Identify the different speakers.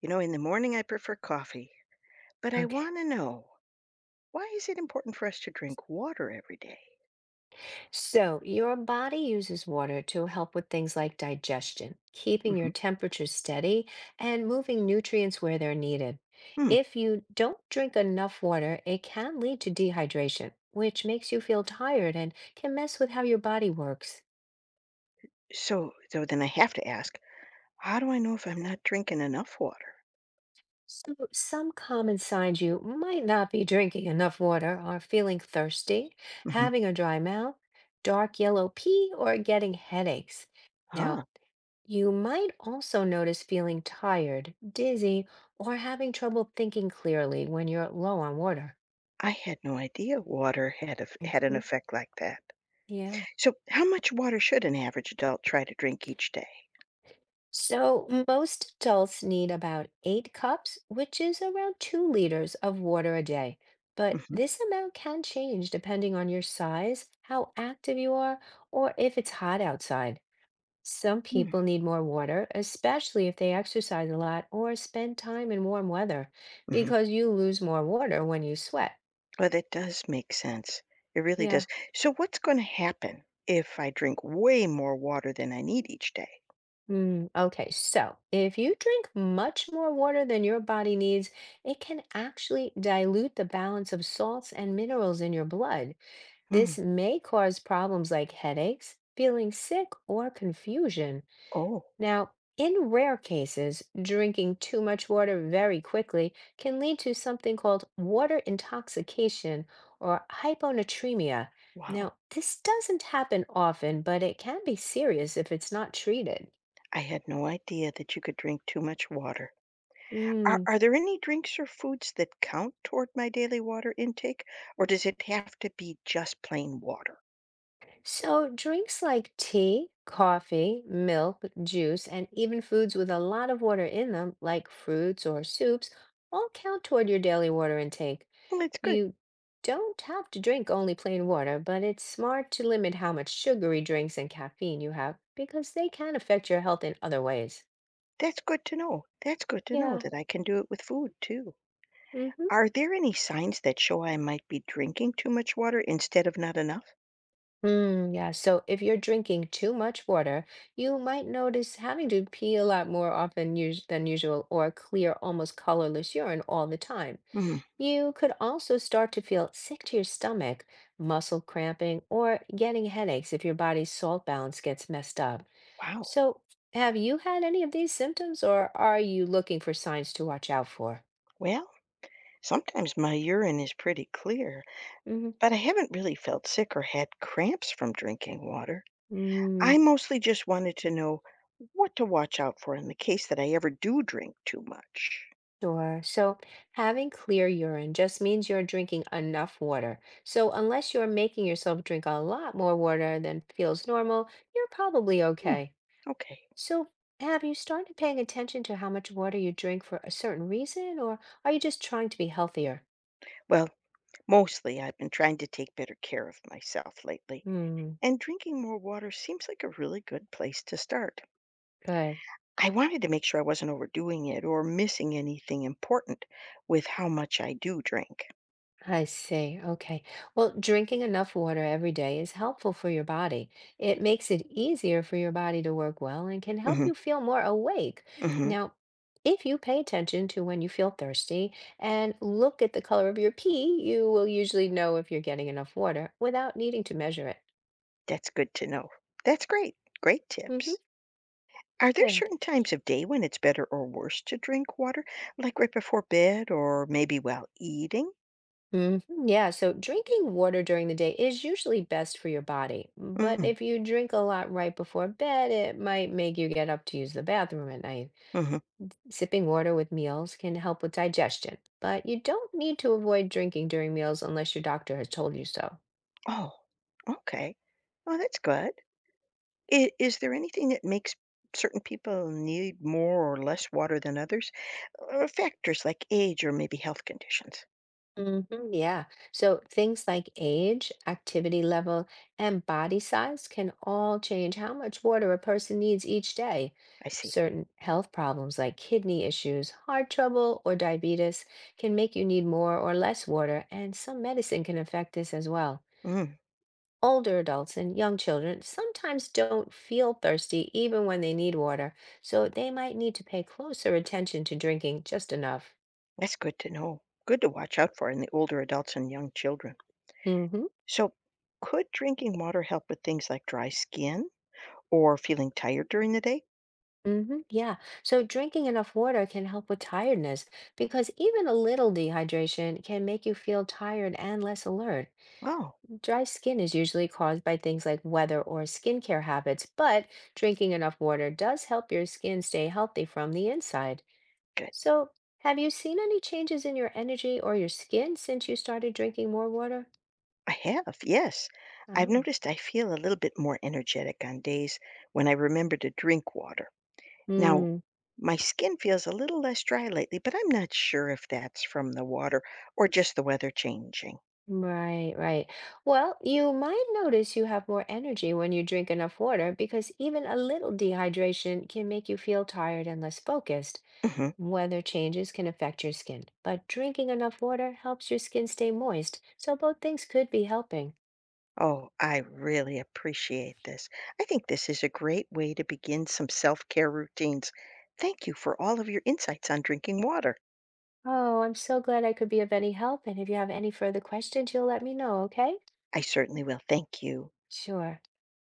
Speaker 1: You know, in the morning I prefer coffee, but I
Speaker 2: Okay.
Speaker 1: want to know, why is it important for us to drink water every day?
Speaker 2: So your body uses water to help with things like digestion, keeping your
Speaker 1: Mhm.
Speaker 2: temperature steady, and moving nutrients where they're needed.
Speaker 1: Hmm.
Speaker 2: If you don't drink enough water, it can lead to dehydration, which makes you feel tired and can mess with how your body works.
Speaker 1: So then I have to ask, how do I know if I'm not drinking enough water?
Speaker 2: So, some common signs you might not be drinking enough water are feeling thirsty,
Speaker 1: Mhm.
Speaker 2: having a dry mouth, dark yellow pee, or getting headaches.
Speaker 1: Huh.
Speaker 2: Now, you might also notice feeling tired, dizzy, or having trouble thinking clearly when you're low on water.
Speaker 1: I had no idea water had an
Speaker 2: Hmm.
Speaker 1: effect like that.
Speaker 2: Yeah.
Speaker 1: So, how much water should an average adult try to drink each day?
Speaker 2: So, most adults need about 8 cups, which is around 2 liters of water a day. But
Speaker 1: Mhm.
Speaker 2: this amount can change depending on your size, how active you are, or if it's hot outside. Some
Speaker 1: Hmm.
Speaker 2: people need more water, especially if they exercise a lot or spend time in warm weather,
Speaker 1: Mhm.
Speaker 2: because you lose more water when you sweat.
Speaker 1: Well, that does make sense. It really
Speaker 2: Yeah.
Speaker 1: does. So, what's going to happen if I drink way more water than I need each day?
Speaker 2: Okay. So if you drink much more water than your body needs, it can actually dilute the balance of salts and minerals in your blood.
Speaker 1: Hmm.
Speaker 2: This may cause problems like headaches, feeling sick, or confusion.
Speaker 1: Oh,
Speaker 2: Now, in rare cases, drinking too much water very quickly can lead to something called water intoxication or hyponatremia.
Speaker 1: wow.
Speaker 2: Now, this doesn't happen often, but it can be serious if it's not treated.
Speaker 1: I had no idea that you could drink too much water. Are,
Speaker 2: Mm.
Speaker 1: are there any drinks or foods that count toward my daily water intake, or does it have to be just plain water?
Speaker 2: So, drinks like tea, coffee, milk, juice, and even foods with a lot of water in them, like fruits or soups, all count toward your daily water intake.
Speaker 1: Well, that's good.
Speaker 2: You don't have to drink only plain water, but it's smart to limit how much sugary drinks and caffeine you have because they can affect your health in other ways.
Speaker 1: That's good to know. That's good to know
Speaker 2: Yeah.
Speaker 1: that I can do it with food too.
Speaker 2: Hmm.
Speaker 1: Are there any signs that show I might be drinking too much water instead of not enough?
Speaker 2: Yeah, so if you're drinking too much water, you might notice having to pee a lot more often us than usual or clear, almost colorless urine all the time.
Speaker 1: Hmm,
Speaker 2: You could also start to feel sick to your stomach, muscle cramping, or getting headaches if your body's salt balance gets messed up.
Speaker 1: wow.
Speaker 2: So, have you had any of these symptoms, or are you looking for signs to watch out for?
Speaker 1: Well, sometimes my urine is pretty clear, but I haven't really felt sick or had cramps from drinking water.
Speaker 2: Mm-hmm.
Speaker 1: I mostly just wanted to know what to watch out for in the case that I ever do drink too much.
Speaker 2: Sure. So having clear urine just means you're drinking enough water. So unless you're making yourself drink a lot more water than feels normal, you're probably
Speaker 1: Hmm,
Speaker 2: okay.
Speaker 1: okay.
Speaker 2: So have you started paying attention to how much water you drink for a certain reason, or are you just trying to be healthier?
Speaker 1: Well, mostly I've been trying to take better care of myself lately,
Speaker 2: Hmm,
Speaker 1: and drinking more water seems like a really good place to start.
Speaker 2: good.
Speaker 1: I wanted to make sure I wasn't overdoing it or missing anything important with how much I do drink.
Speaker 2: I see. Okay. Well, drinking enough water every day is helpful for your body. It makes it easier for your body to work well and can help
Speaker 1: Mhm.
Speaker 2: you feel more awake.
Speaker 1: Mhm.
Speaker 2: Now, if you pay attention to when you feel thirsty and look at the color of your pee, you will usually know if you're getting enough water without needing to measure it.
Speaker 1: That's good to know. That's great. Great
Speaker 2: Hmm.
Speaker 1: tips. Are there
Speaker 2: Good.
Speaker 1: certain times of day when it's better or worse to drink water, like right before bed or maybe while eating?
Speaker 2: Hmm. Yeah, so drinking water during the day is usually best for your body. But
Speaker 1: Mm,
Speaker 2: if you drink a lot right before bed, it might make you get up to use the bathroom at night.
Speaker 1: mhm.
Speaker 2: Sipping water with meals can help with digestion, but you don't need to avoid drinking during meals unless your doctor has told you so.
Speaker 1: Oh, okay. Oh, that's good. Is there anything that makes certain people need more or less water than others? Factors like age or maybe health conditions.
Speaker 2: Hmm. Yeah. So things like age, activity level, and body size can all change how much water a person needs each day.
Speaker 1: I see.
Speaker 2: Certain health problems like kidney issues, heart trouble, or diabetes can make you need more or less water, and some medicine can affect this as well.
Speaker 1: Mm,
Speaker 2: Older adults and young children sometimes don't feel thirsty even when they need water, so they might need to pay closer attention to drinking just enough.
Speaker 1: that's good to know. Good to watch out for in the older adults and young children.
Speaker 2: Mm-hmm.
Speaker 1: So, could drinking water help with things like dry skin or feeling tired during the day?
Speaker 2: Mm-hmm. Yeah. So drinking enough water can help with tiredness because even a little dehydration can make you feel tired and less alert.
Speaker 1: Oh,
Speaker 2: Dry skin is usually caused by things like weather or skincare habits, but drinking enough water does help your skin stay healthy from the inside.
Speaker 1: good.
Speaker 2: So, have you seen any changes in your energy or your skin since you started drinking more water?
Speaker 1: I have, yes. I've
Speaker 2: Ah,
Speaker 1: noticed I feel a little bit more energetic on days when I remember to drink water. Now,
Speaker 2: mm,
Speaker 1: my skin feels a little less dry lately, but I'm not sure if that's from the water or just the weather changing.
Speaker 2: right. Well, you might notice you have more energy when you drink enough water because even a little dehydration can make you feel tired and less focused.
Speaker 1: Hmm.
Speaker 2: Weather changes can affect your skin, but drinking enough water helps your skin stay moist, so both things could be helping.
Speaker 1: Oh, I really appreciate this. I think this is a great way to begin some self care routines. Thank you for all of your insights on drinking water.
Speaker 2: Oh, I'm so glad I could be of any help, and if you have any further questions, you'll let me know, okay?
Speaker 1: I certainly will. Thank you.
Speaker 2: Sure.